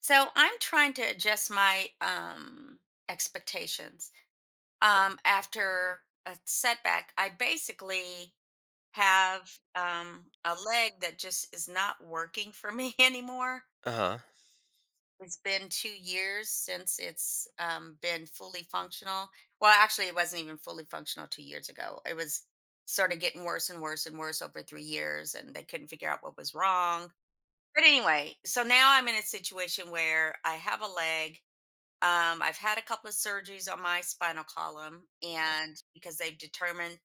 So I'm trying to adjust my expectations. After a setback, I basically have a leg that just is not working for me anymore. Uh-huh. It's been 2 years since it's been fully functional. Well, actually, it wasn't even fully functional 2 years ago. It was sort of getting worse and worse and worse over 3 years, and they couldn't figure out what was wrong. But anyway, so now I'm in a situation where I have a leg, I've had a couple of surgeries on my spinal column, okay, and because they've determined,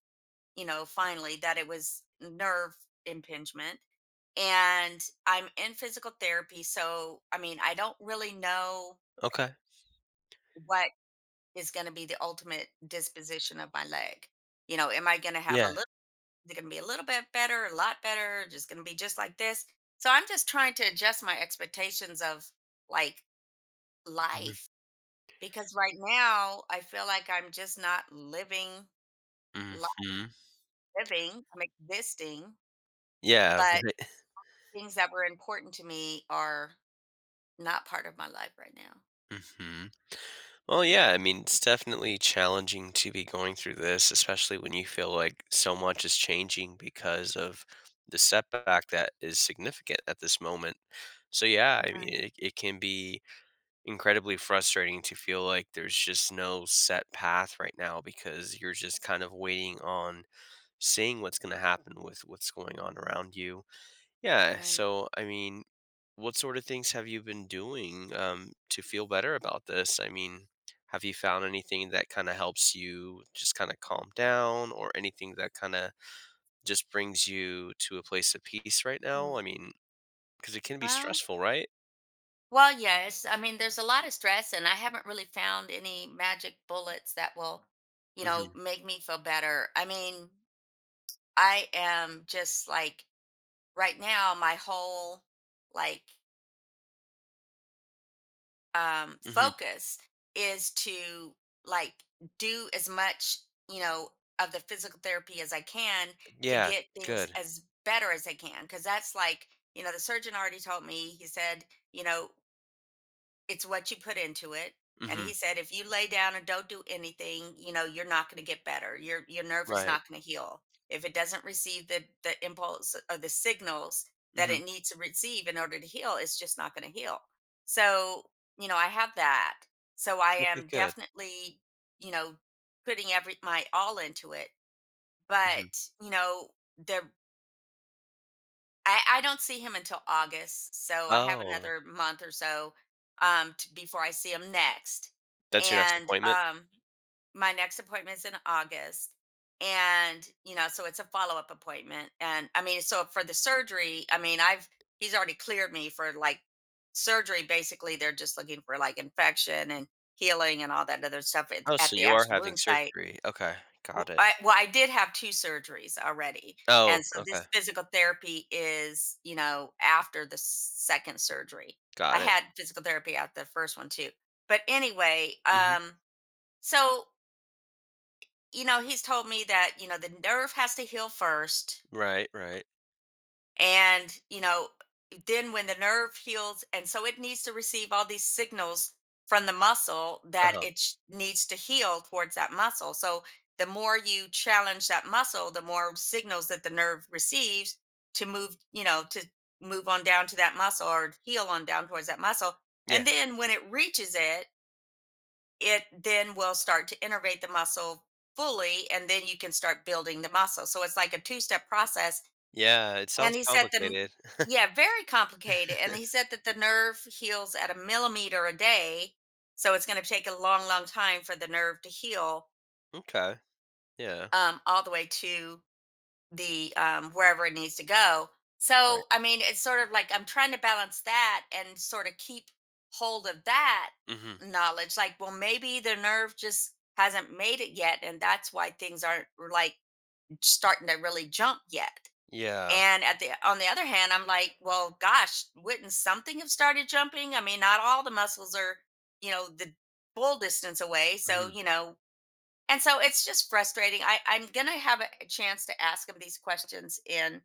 you know, finally that it was nerve impingement. And I'm in physical therapy. So, I mean, I don't really know Okay. what is going to be the ultimate disposition of my leg. You know, am I going to have a Yeah. little, is it going to be a little bit better, a lot better, just going to be just like this? So I'm just trying to adjust my expectations of like Mhm. life. Because right now, I feel like I'm just not living, li Mhm. living, I'm existing, Yeah, but right. things that were important to me are not part of my life right now. Mhm. Well, yeah, I mean, it's definitely challenging to be going through this, especially when you feel like so much is changing because of the setback that is significant at this moment. So, yeah, I mean, Right, it can be incredibly frustrating to feel like there's just no set path right now because you're just kind of waiting on seeing what's going to happen with what's going on around you. Yeah, right. so I mean, what sort of things have you been doing, to feel better about this? I mean, have you found anything that kinda helps you just kinda calm down or anything that kinda just brings you to a place of peace right now? I Mm. mean, because it can be Well stressful, right? well, yes, I mean, there's a lot of stress, and I haven't really found any magic bullets that will, you know, Mhm, make me feel better. I mean, I am just like right now, my whole like mhm. focus is to like do as much, you know, of the physical therapy as I can to Yeah, get things good. as better as I can, because that's like, you know, the surgeon already told me. He said, you know, it's what you put into it. And Mhm, he said, if you lay down and don't do anything, you know, you're not going to get better. Your nerve is right. not going to heal. If it doesn't receive the impulse or the signals that Mhm. it needs to receive in order to heal, it's just not going to heal. So, you know, I have that. So I Okay, am good. definitely, you know, putting every my all into it. But, Mhm. you know, the I don't see him until August, so I have Oh, another month or so before I see him next. that's your next And appointment? My next appointment is in August. And you know, so it's a follow-up appointment. And I mean, so for the surgery, I mean, I've he's already cleared me for like surgery. Basically, they're just looking for like infection and healing and all that other stuff at Oh, so the you are actual having wound site. surgery. Okay, got it. Well, I did have 2 surgeries already, Oh, and so okay, this physical therapy is, you know, after the 2nd surgery. I got it. had physical therapy after the 1st one too. But anyway, Mhm. So, you know, he's told me that, you know, the nerve has to heal first, Right, right. and you know, then when the nerve heals and so it needs to receive all these signals from the muscle that Uh-huh. Needs to heal towards that muscle. So the more you challenge that muscle, the more signals that the nerve receives to move, you know, to move on down to that muscle or heal on down towards that muscle. Yeah. And then when it reaches it, it then will start to innervate the muscle fully, and then you can start building the muscle. So it's like a two step process. Yeah, it sounds And he said the complicated. Yeah, very complicated, and he said that the nerve heals at a millimeter a day, so it's gonna take a long, long time for the nerve to heal, Okay. Yeah. All the way to the, wherever it needs to go. Right. So, I mean, it's sort of like I'm trying to balance that and sort of keep hold of that Mhm. knowledge, like, well, maybe the nerve just hasn't made it yet, and that's why things aren't, like, starting to really jump yet. Yeah. And at the on the other hand, I'm like, well, gosh, wouldn't something have started jumping? I mean, not all the muscles are, you know, the full distance away. So, Mhm. you know, and so it's just frustrating. I'm gonna have a chance to ask him these questions in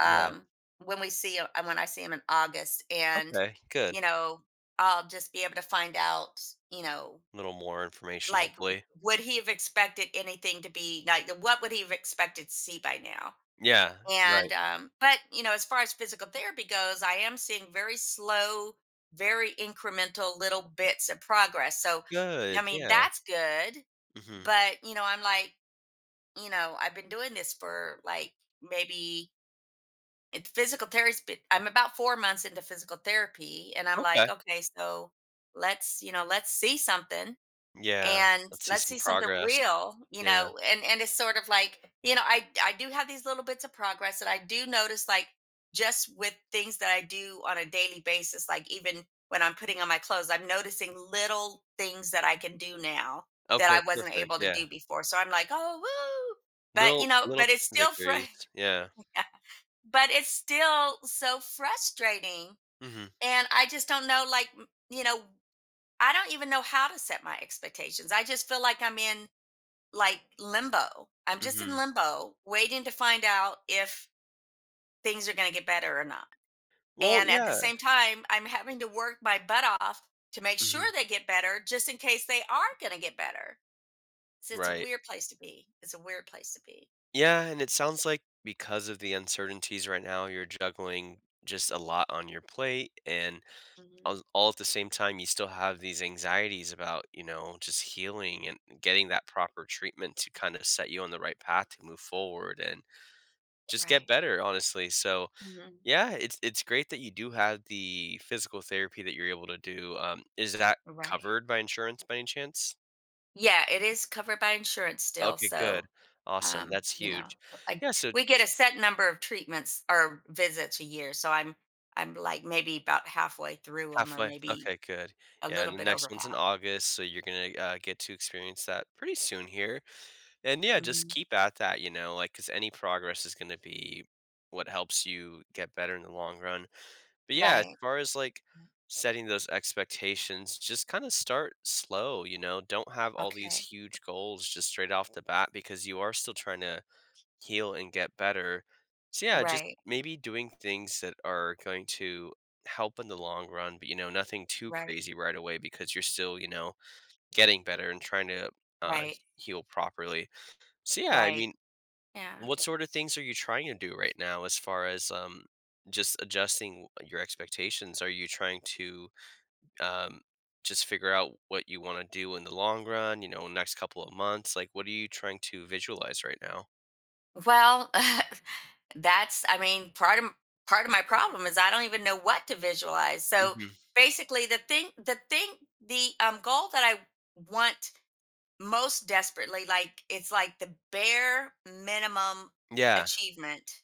Yeah. um when when I see him in August. And, Okay, good. you know, I'll just be able to find out, you know, A little more information, like hopefully. would he have expected anything to be like what would he have expected to see by now? Yeah, right. And but you know, as far as physical therapy goes, I am seeing very slow, very incremental little bits of progress. So I Good, mean, yeah. that's good. Mhm. But you know, I'm like, you know, I've been doing this for like maybe it's physical therapy. I'm about 4 months into physical therapy, and I'm Okay. like, okay, so let's you know, let's see something Yeah, and let's see let's some see something progress. real, you Yeah. know, and it's sort of like, you know, I do have these little bits of progress that I do notice, like just with things that I do on a daily basis, like even when I'm putting on my clothes, I'm noticing little things that I can do now that Okay, I wasn't perfect, able to yeah. do before. So I'm like, oh, woo. But you Little know little But ch it's still victories, yeah. but it's still so frustrating, Mhm, and I just don't know like you know, I don't even know how to set my expectations. I just feel like I'm in like limbo. I'm just in mhm. limbo, waiting to find out if things are going to get better or not. Well, And at the yeah. same time, I'm having to work my butt off to make sure Mhm. they get better just in case they are going to get better. So it's a Right. weird place to be. It's a weird place to be. Yeah, and it sounds like because of the uncertainties right now, you're juggling just a lot on your plate and Mhm. all at the same time, you still have these anxieties about, you know, just healing and getting that proper treatment to kind of set you on the right path to move forward and just get Right. better, honestly. So, Mhm. yeah, it's great that you do have the physical therapy that you're able to do. Is that Right. covered by insurance by any chance? Yeah, it is covered by insurance still. Okay, good. So, Awesome. That's you know, huge. I, Yeah, so we get a set number of treatments or visits a year. So I'm like maybe about halfway through them, or halfway. maybe Okay, good. a Yeah, little and the bit over next one's in half. August, so you're gonna get to experience that pretty soon here. And yeah, just Mhm. keep at that, you know, like because any progress is gonna be what helps you get better in the long run. But yeah, as Right. far as like setting those expectations, just kind of start slow, you know, don't have all these Okay. huge goals just straight off the bat because you are still trying to heal and get better. So yeah, just Right. maybe doing things that are going to help in the long run, but you know, nothing too Right. crazy right away because you're still, you know, getting better and trying to uh, Right. heal properly. So yeah, I Right. mean, Yeah. what sort of things are you trying to do right now as far as just adjusting your expectations? Are you trying to um just figure out what you want to do in the long run, you know, next couple of months? Like what are you trying to visualize right now? Well, that's I mean, part of my problem is I don't even know what to visualize. So Hmm. basically the thing, the goal that I want most desperately, like it's like the bare minimum Yeah. achievement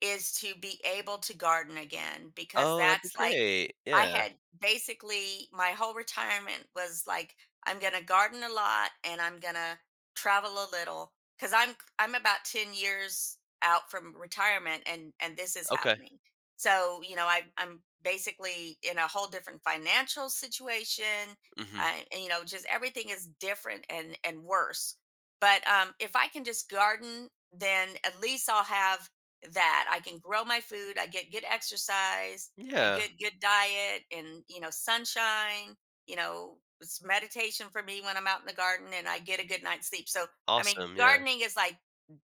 is to be able to garden again, because Oh, that'd be that's like great. I Yeah. had basically my whole retirement was like I'm going to garden a lot and I'm going to travel a little, cuz I'm about 10 years out from retirement and this is Okay. happening. So, you know, I'm basically in a whole different financial situation. Hmm. And, you know, just everything is different and worse. But if I can just garden, then at least I'll have that. I can grow my food, I get good exercise, I Yeah. get good diet and, you know, sunshine, you know, it's meditation for me when I'm out in the garden and I get a good night's sleep. So, I mean, Awesome. Yeah. gardening is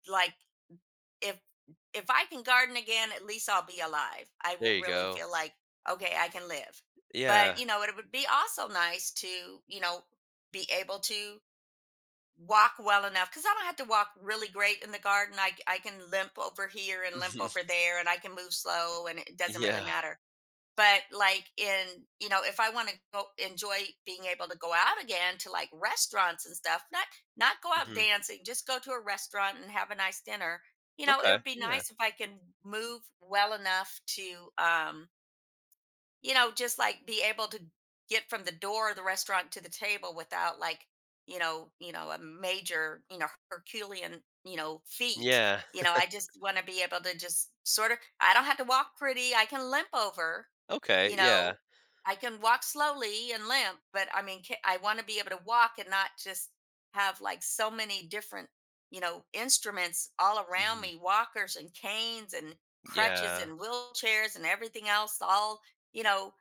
like if if I can garden again, at least I'll be alive. I There will you really go. feel like okay, I can live. But, Yeah. you know, it would be also nice to, you know, be able to walk well enough because I don't have to walk really great in the garden. I can limp over here and limp Mhm. over there and I can move slow and it doesn't really Yeah. matter. But like in, you know, if I want to go enjoy being able to go out again to like restaurants and stuff, not go out Hmm. dancing, just go to a restaurant and have a nice dinner. You know, it Okay. would be Yeah. nice if I can move well enough to you know, just like be able to get from the door of the restaurant to the table without like, you know, a major, you know, Herculean, you know, feat. Yeah. You know, I just want to be able to just sort of I don't have to walk pretty. I can limp over, Okay. you Yeah. know. I can walk slowly and limp, but I mean, I want to be able to walk and not just have like so many different, you know, instruments all around Hmm. me, walkers and canes and crutches Yeah. and wheelchairs and everything else all, you know,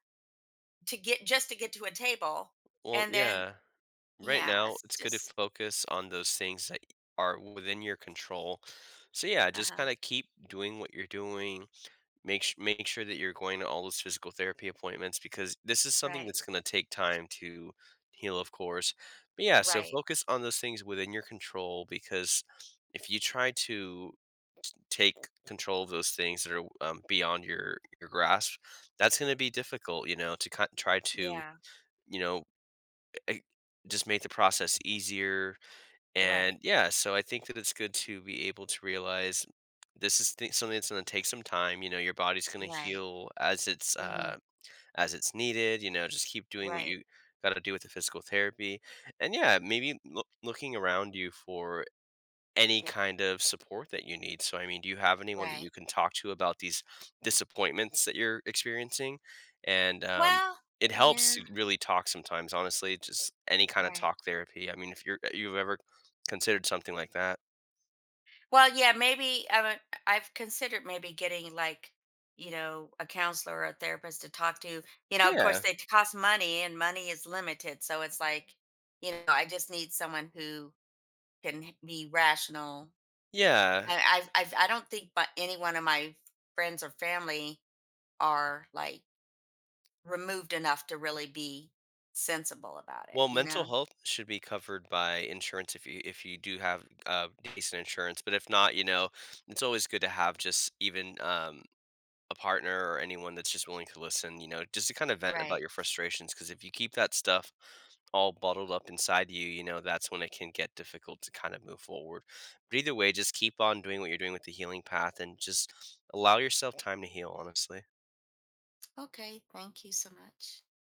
to get just to get to a table Well, and then yeah. Right yeah now, it's it's good to just focus on those things that are within your control. So yeah, just uh-huh kind of keep doing what you're doing. Make sure that you're going to all those physical therapy appointments because this is something right that's going to take time to heal, of course. But yeah, so right focus on those things within your control because if you try to take control of those things that are beyond your grasp, that's going to be difficult. You know, to kind try to yeah you know e- just make the process easier and right yeah, so I think that it's good to be able to realize this is something that's going to take some time. You know, your body's going to right heal hmm as it's needed. You know, just keep doing what right you got to do with the physical therapy, and yeah, maybe looking around you for any kind of support that you need. So, I mean, do you have anyone that right you can talk to about these disappointments that you're experiencing? And well it helps yeah to really talk sometimes, honestly, just any kind of right talk therapy. I mean, if you've ever considered something like that, well yeah maybe I mean, I've considered maybe getting like you know a counselor or a therapist to talk to, you know, of course yeah, they cost money and money is limited, so it's like, you know, I just need someone who be rational. yeah. I don't think but any one of my friends or family are like removed enough to really be sensible about it, Well, you mental know? health should be covered by insurance if you do have decent insurance. But if not, you know, it's always good to have just even a partner or anyone that's just willing to listen, you know, just to kind of vent about Right. your frustrations. Because if you keep that stuff all bottled up inside you, you know, that's when it can get difficult to kind of move forward. But either way, just keep on doing what you're doing with the healing path and just allow yourself time to heal, honestly. Okay. Thank you so much.